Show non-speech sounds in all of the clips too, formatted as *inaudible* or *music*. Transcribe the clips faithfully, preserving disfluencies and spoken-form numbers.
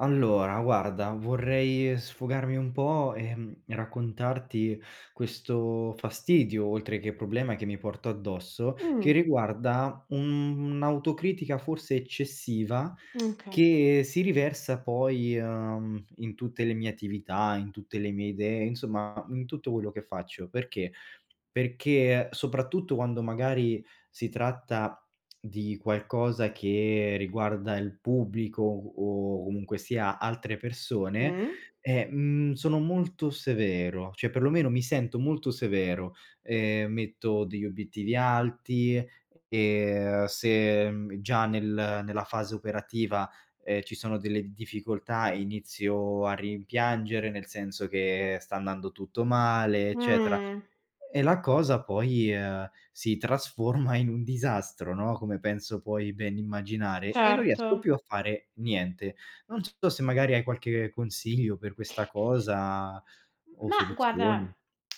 Allora, guarda, vorrei sfogarmi un po' e, mhmm, raccontarti questo fastidio, oltre che problema che mi porto addosso, che Mh, riguarda un- un'autocritica forse eccessiva, okay. che si riversa poi, uhm, in tutte le mie attività, in tutte le mie idee, insomma in tutto quello che faccio. Perché perché soprattutto quando magari si tratta di qualcosa che riguarda il pubblico o comunque sia altre persone, Mh. eh, mhmm, sono molto severo, cioè perlomeno mi sento molto severo. Ehm, metto degli obiettivi alti e se, mhmm, già nel nella fase operativa, ehm, ci sono delle difficoltà, inizio a rimpiangere, nel senso che sta andando tutto male, eccetera. Mh. E la cosa poi, ehm, si trasforma in un disastro, no, come penso puoi ben immaginare, e non Certo. riesco più a fare niente. Non so se magari hai qualche consiglio per questa cosa o Ma guarda, soluzioni.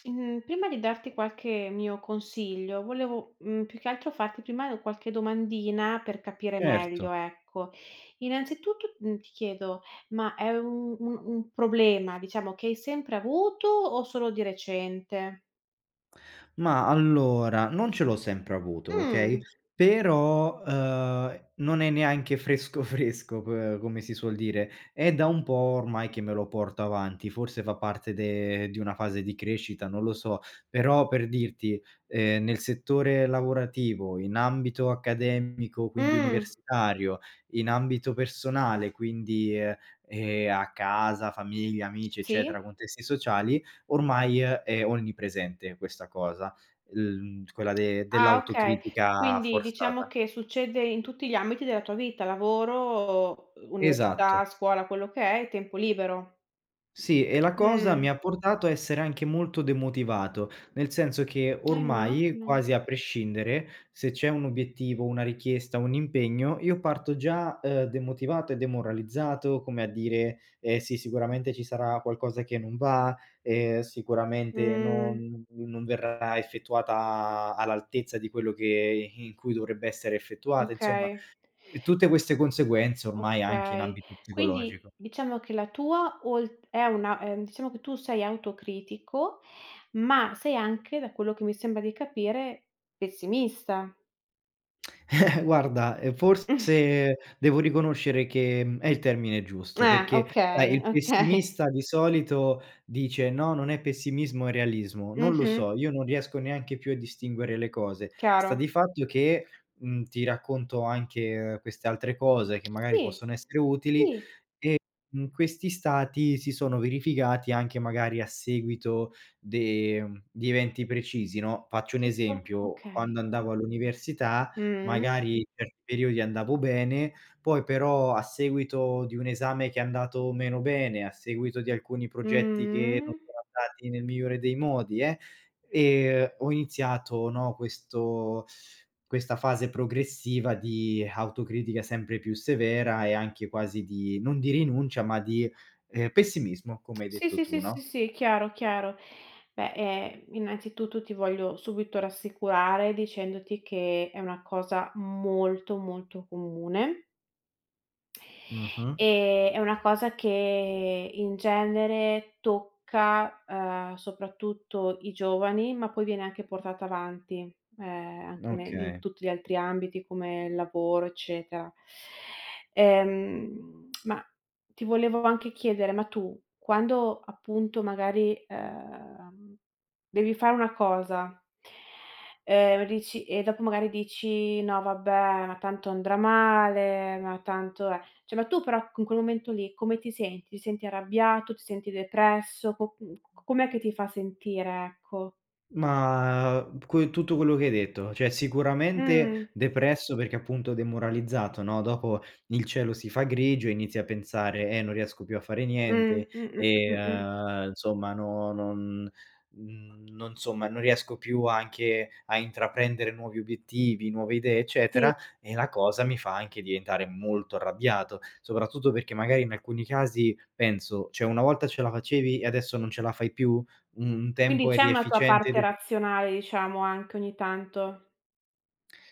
mhmm, prima di darti qualche mio consiglio, volevo, mhmm, più che altro farti prima qualche domandina per capire Certo. meglio, ecco. Innanzitutto, mhmm, ti chiedo, ma è un un un problema, diciamo, che hai sempre avuto o solo di recente? Ma allora, non ce l'ho sempre avuto, okay, Mh. però, uhm, non è neanche fresco *laughs* fresco, p come si suol dire. È da un po' ormai che me lo porto avanti, forse fa parte de di una fase di crescita, non lo so, però per dirti, ehm, nel settore lavorativo, in ambito accademico, quindi Mh. universitario, in ambito personale, quindi, ehm, ehm, a casa, famiglia, amici, eccetera, Sì. contesti sociali, ormai eh, è onnipresente questa cosa. L Quella de Ah, okay. dell'autocritica Quindi diciamo forzata. che succede in tutti gli ambiti della tua vita, lavoro, uhm, università, Esatto. scuola, quello che è, e tempo libero. Sì, e la cosa mi Mh, ha portato a essere anche molto demotivato, nel senso che eh ormai, immagino. quasi a prescindere, se c'è un obiettivo, una richiesta, un impegno, io parto già, ehm, demotivato e demoralizzato, come a dire: "Eh sì, sicuramente ci sarà qualcosa che non va, ehm, sicuramente Mh, non non verrà effettuata all'altezza di quello che in cui dovrebbe essere effettuata", insomma. okay, E tutte queste conseguenze ormai anche in okay. ambito psicologico. Quindi *laughs* diciamo che la tua olt è una ehm, diciamo che tu sei autocritico, ma sei anche, da quello che mi sembra di capire, pessimista. Eh, guarda, ehm, *laughs* forse devo riconoscere che, mhmm, è il termine giusto, Eh, perché sai okay, il okay. pessimista di solito dice: "No, non è pessimismo, è realismo." Non lo Mh-mh, so, io non riesco neanche più a distinguere le cose. Sta chiaro. di fatto che, mhmm, ti racconto anche queste altre cose che magari Sì, possono essere utili. sì. E, mhmm, Questi stati si sono verificati anche magari a seguito de mhmm, di eventi precisi, no, faccio un Tipo? esempio: Okay. quando andavo all'università, Mh. magari in certi periodi andavo bene, poi però a seguito di un esame che è andato meno bene, a seguito di alcuni progetti che non Mh. sono andati nel migliore dei modi, eh, ehm, ho iniziato, no, questo questa fase progressiva di autocritica sempre più severa e anche quasi di non di rinuncia, ma di, ehm, pessimismo, come hai Sì, detto sì, tu, sì, sì, no? sì, chiaro, chiaro. Beh, ehm, innanzitutto ti voglio subito rassicurare dicendoti che è una cosa molto, molto comune. Mh-mh. Ehm, è una cosa che in genere tocca, uhm, soprattutto i giovani, ma poi viene anche portata avanti, ehm, anche ne in Okay. tutti gli altri ambiti come il lavoro, eccetera. Ehm, ma ti volevo anche chiedere, ma tu quando appunto magari, ehm, devi fare una cosa, ehm, dici e dopo magari dici: "No vabbè, ma tanto andrà male, ma tanto è." Cioè, ma tu però in quel momento lì come ti senti? Ti senti arrabbiato, ti senti depresso? Co mhmm, com'è che ti fa sentire, ecco? Ma, que tutto quello che hai detto, cioè Mh. sicuramente depresso perché appunto demoralizzato, no, dopo il cielo si fa grigio e inizi a pensare: "Eh, non riesco più a fare Mh. niente Mh, mh, e, mh, mh, mh. uhm, insomma, no non mhmm, non insomma, non riesco più anche a intraprendere nuovi obiettivi, nuove idee, Sì, eccetera", e la cosa mi fa anche diventare molto arrabbiato, soprattutto perché magari in alcuni casi penso: "Cioè una volta ce la facevi e adesso non ce la fai più?" Un quindi tempo c'è eri una tua efficiente ed parte eff razionale, diciamo, anche ogni tanto.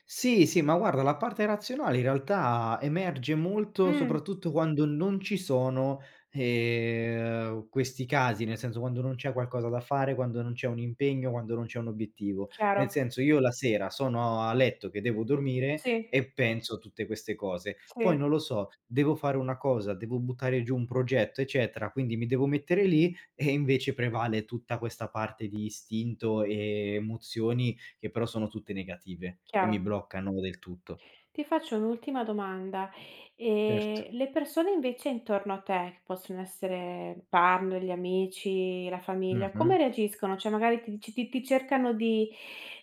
sì, sì, ma guarda la parte razionale in realtà emerge molto, Mh, soprattutto quando non ci sono, ehm, questi casi, nel senso quando non c'è qualcosa da fare, quando non c'è un impegno, quando non c'è un obiettivo. chiaro. Nel senso io la sera sono a letto che devo dormire Sì, e penso a tutte queste cose. Poi sì, non lo so, devo fare una cosa, devo buttare giù un progetto, eccetera, quindi mi devo mettere lì e invece prevale tutta questa parte di istinto e emozioni che però sono tutte negative e mi chiaro. bloccano del tutto. Ti faccio un'ultima domanda. Certo. Ehm, le persone invece intorno a te, che possono essere partner, gli amici, la famiglia, come Mh-mh. reagiscono? Cioè magari ti dici ti ti cercano di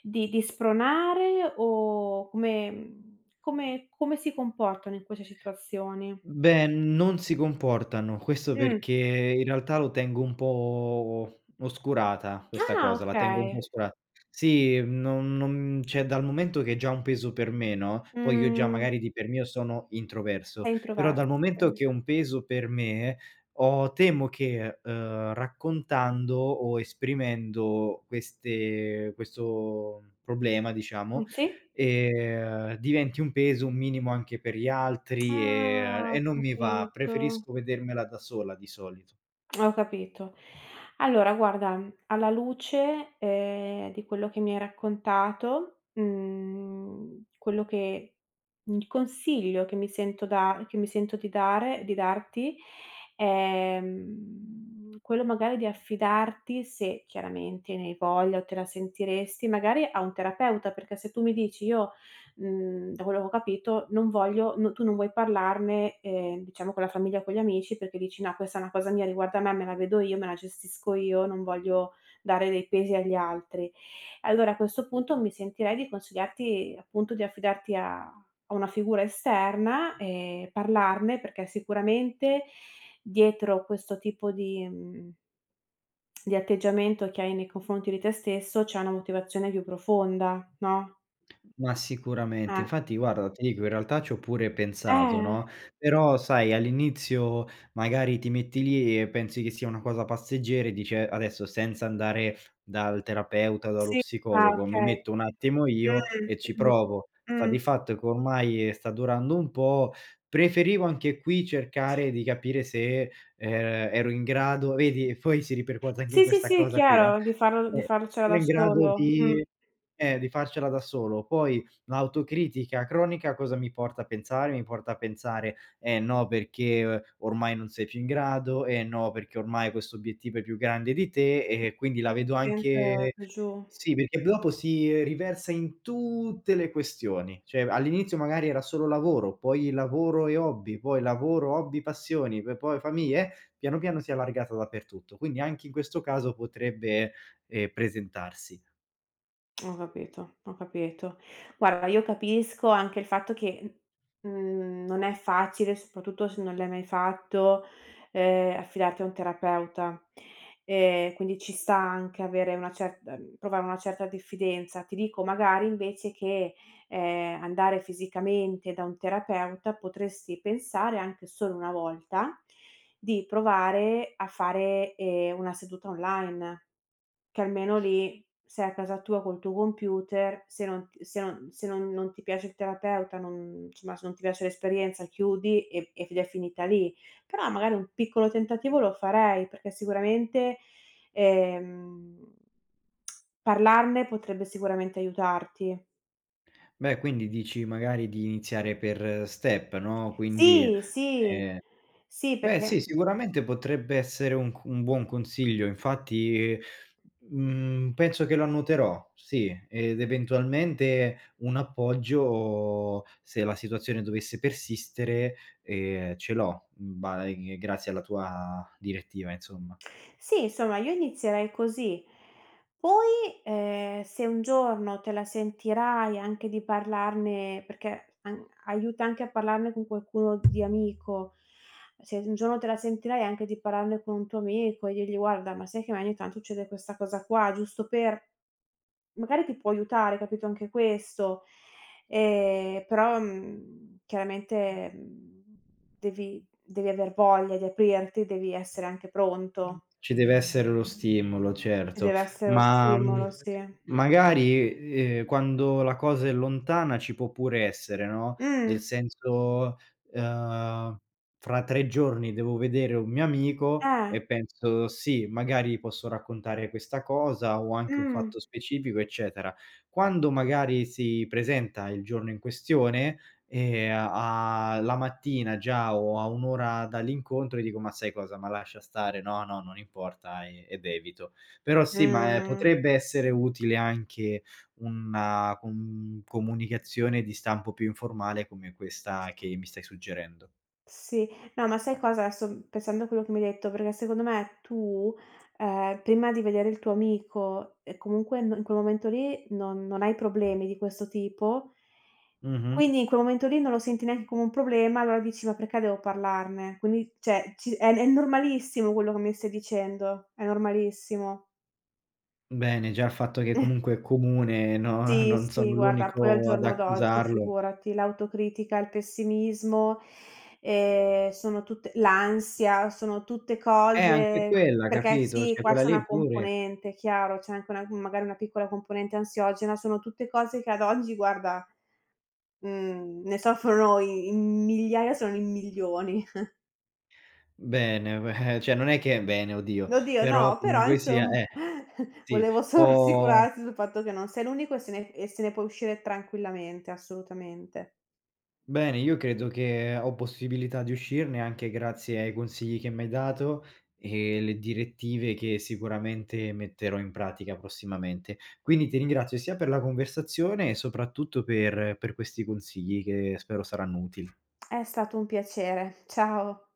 di di spronare o come mhmm, come come si comportano in queste situazioni? Beh, non si comportano. Questo Mh. perché in realtà lo tengo un po' oscurata questa Ah, cosa, la tengo un po' okay. oscura, sì, non non cioè dal momento che è già un peso per me, no, poi io già Mh, magari di per mio sono introverso, sei però dal introversa, momento okay. che è un peso per me, ho temo che, uhm, raccontando o esprimendo queste questo problema diciamo, Mh, sì? Ehm, diventi un peso, un minimo anche per gli altri, ehm, Ah, e ho non mi va. capito. Preferisco vedermela da sola di solito. Ho capito. Allora guarda, alla luce, ehm, di quello che mi hai raccontato, mhmm, quello che il consiglio che mi sento da che mi sento di dare di darti è, mhmm, quello magari di affidarti, se chiaramente ne hai voglia o te la sentiresti, magari a un terapeuta, perché se tu mi dici: "Io Mhmm, da quello che ho capito non voglio no tu non vuoi parlarne, ehm, diciamo con la famiglia o con gli amici perché dici: "No, questa è una cosa mia, riguarda me, me la vedo io, me la gestisco io, non voglio dare dei pesi agli altri". E allora a questo punto mi sentirei di consigliarti appunto di affidarti a a una figura esterna e parlarne, perché sicuramente dietro questo tipo di mhmm, di atteggiamento che hai nei confronti di te stesso c'è una motivazione più profonda, no? Ma sicuramente. Eh. Infatti guarda, ti dico in realtà c'ho pure pensato, Eh. no, però sai all'inizio magari ti metti lì e pensi che sia una cosa passeggera e dici: "Eh, adesso senza andare dal terapeuta o dallo Sì, ah psicologo, mi okay. metto un attimo io e ci Mh, mh, provo." Sta mh. di fatto che ormai sta durando un po'. Preferivo anche qui cercare di capire se, ehm, ero in grado, vedi poi si ripercuote anche in Sì, sì, questa sì, cosa qui, no, chiaro, di farlo di ehm, farcela sono da in grado solo. Mh. di eh, di farcela da solo. Poi l'autocritica cronica cosa mi porta a pensare? Mi porta a pensare: "Eh no, perché eh, ormai non sei più in grado, eh no, perché ormai questo obiettivo è più grande di te", e quindi la vedo Sempre anche più giù. sì, perché dopo si eh, riversa in tutte le questioni. Cioè all'inizio magari era solo lavoro, poi lavoro e hobby, poi lavoro, hobby, passioni, p poi famiglia, eh, piano piano si è allargata dappertutto. Quindi anche in questo caso potrebbe, ehm, presentarsi. Ho capito, ho capito. Guarda, io capisco anche il fatto che, mhmm, non è facile, soprattutto se non l'hai mai fatto, ehm, affidarti a un terapeuta. Ehm, quindi ci sta anche avere una cer ehm, provare una certa diffidenza. Ti dico magari invece che ehm, andare fisicamente da un terapeuta, potresti pensare anche solo una volta di provare a fare, ehm, una seduta online, che almeno lì sei a casa tua col tuo computer, se non t se non se non non ti piace il terapeuta, non insomma, se non ti piace l'esperienza chiudi e ed è finita lì. Però magari un piccolo tentativo lo farei, perché sicuramente, ehm, parlarne potrebbe sicuramente aiutarti. Beh, quindi dici magari di iniziare per step, no, quindi, Sì, sì. ehm Sì, beh perché sì, sicuramente potrebbe essere un c un buon consiglio. Infatti, mhmm, penso che lo annoterò, sì, ed eventualmente un appoggio, se la situazione dovesse persistere, ehm, ce l'ho, mhmm, ba ehm, grazie alla tua direttiva, insomma. sì, insomma io inizierei così. Poi, ehm, se un giorno te la sentirai anche di parlarne perché an aiuta anche a parlarne con qualcuno di amico. Se un giorno te la sentirai anche di parlarne con un tuo amico e dirgli: "Guarda, ma sai che a me ogni tanto succede questa cosa qua", giusto per. Magari ti può aiutare, capito, anche questo. Ehm, però, mhmm, chiaramente, mhmm, devi devi aver voglia di aprirti, devi essere anche pronto. Ci deve essere lo stimolo, Ci certo, deve essere lo ma, mhmm, stimolo, sì. magari, ehm, quando la cosa è lontana ci può pure essere, no, nel Mh, senso, ehm, fra tre giorni devo vedere un mio amico eh, e penso: "Sì, magari posso raccontare questa cosa o anche un mh, fatto specifico", eccetera. Quando magari si presenta il giorno in questione, e a la mattina già o a un' ora dall'incontro gli dico: "Ma sai cosa, ma lascia stare, no, no, non importa" e ed evito. Però sì, ma, ehm, mh. potrebbe essere utile anche una com comunicazione di stampo più informale come questa che mi stai suggerendo. Sì. No, ma sai cosa, adesso pensando a quello che mi hai detto, perché secondo me tu, ehm, prima di vedere il tuo amico e comunque no in quel momento lì non non hai problemi di questo tipo, Mh-mh. quindi in quel momento lì non lo senti neanche come un problema, allora dici: "Ma perché devo parlarne?" Quindi cioè ci è è normalissimo quello che mi stai dicendo, è normalissimo. Bene, già il fatto che comunque è comune, no, Sì, non sono sì, guarda, poi al l'unico ad giorno d'oggi accusarlo. figurati, l'autocritica, il pessimismo, ehm, sono tutte l'ansia, sono tutte Eh, anche cose. quella, Perché capito? sì, Cioè qua quella c'è lì una pure. componente, chiaro, c'è anche una magari una piccola componente ansiogena, sono tutte cose che ad oggi guarda, mhmm, ne soffrono i in migliaia, se non in milioni. Bene, *laughs* beh, cioè non è che bene, *laughs* oddio, Oddio però no, però comunque sia eh, insomma *laughs* sì, volevo solo può rassicurarti sul fatto che non sei l'unico e se ne e se ne puoi uscire tranquillamente, assolutamente. bene, io credo che ho possibilità di uscirne anche grazie ai consigli che mi hai dato e le direttive che sicuramente metterò in pratica prossimamente. Quindi ti ringrazio sia per la conversazione e soprattutto per per questi consigli che spero saranno utili. È stato un piacere. Ciao.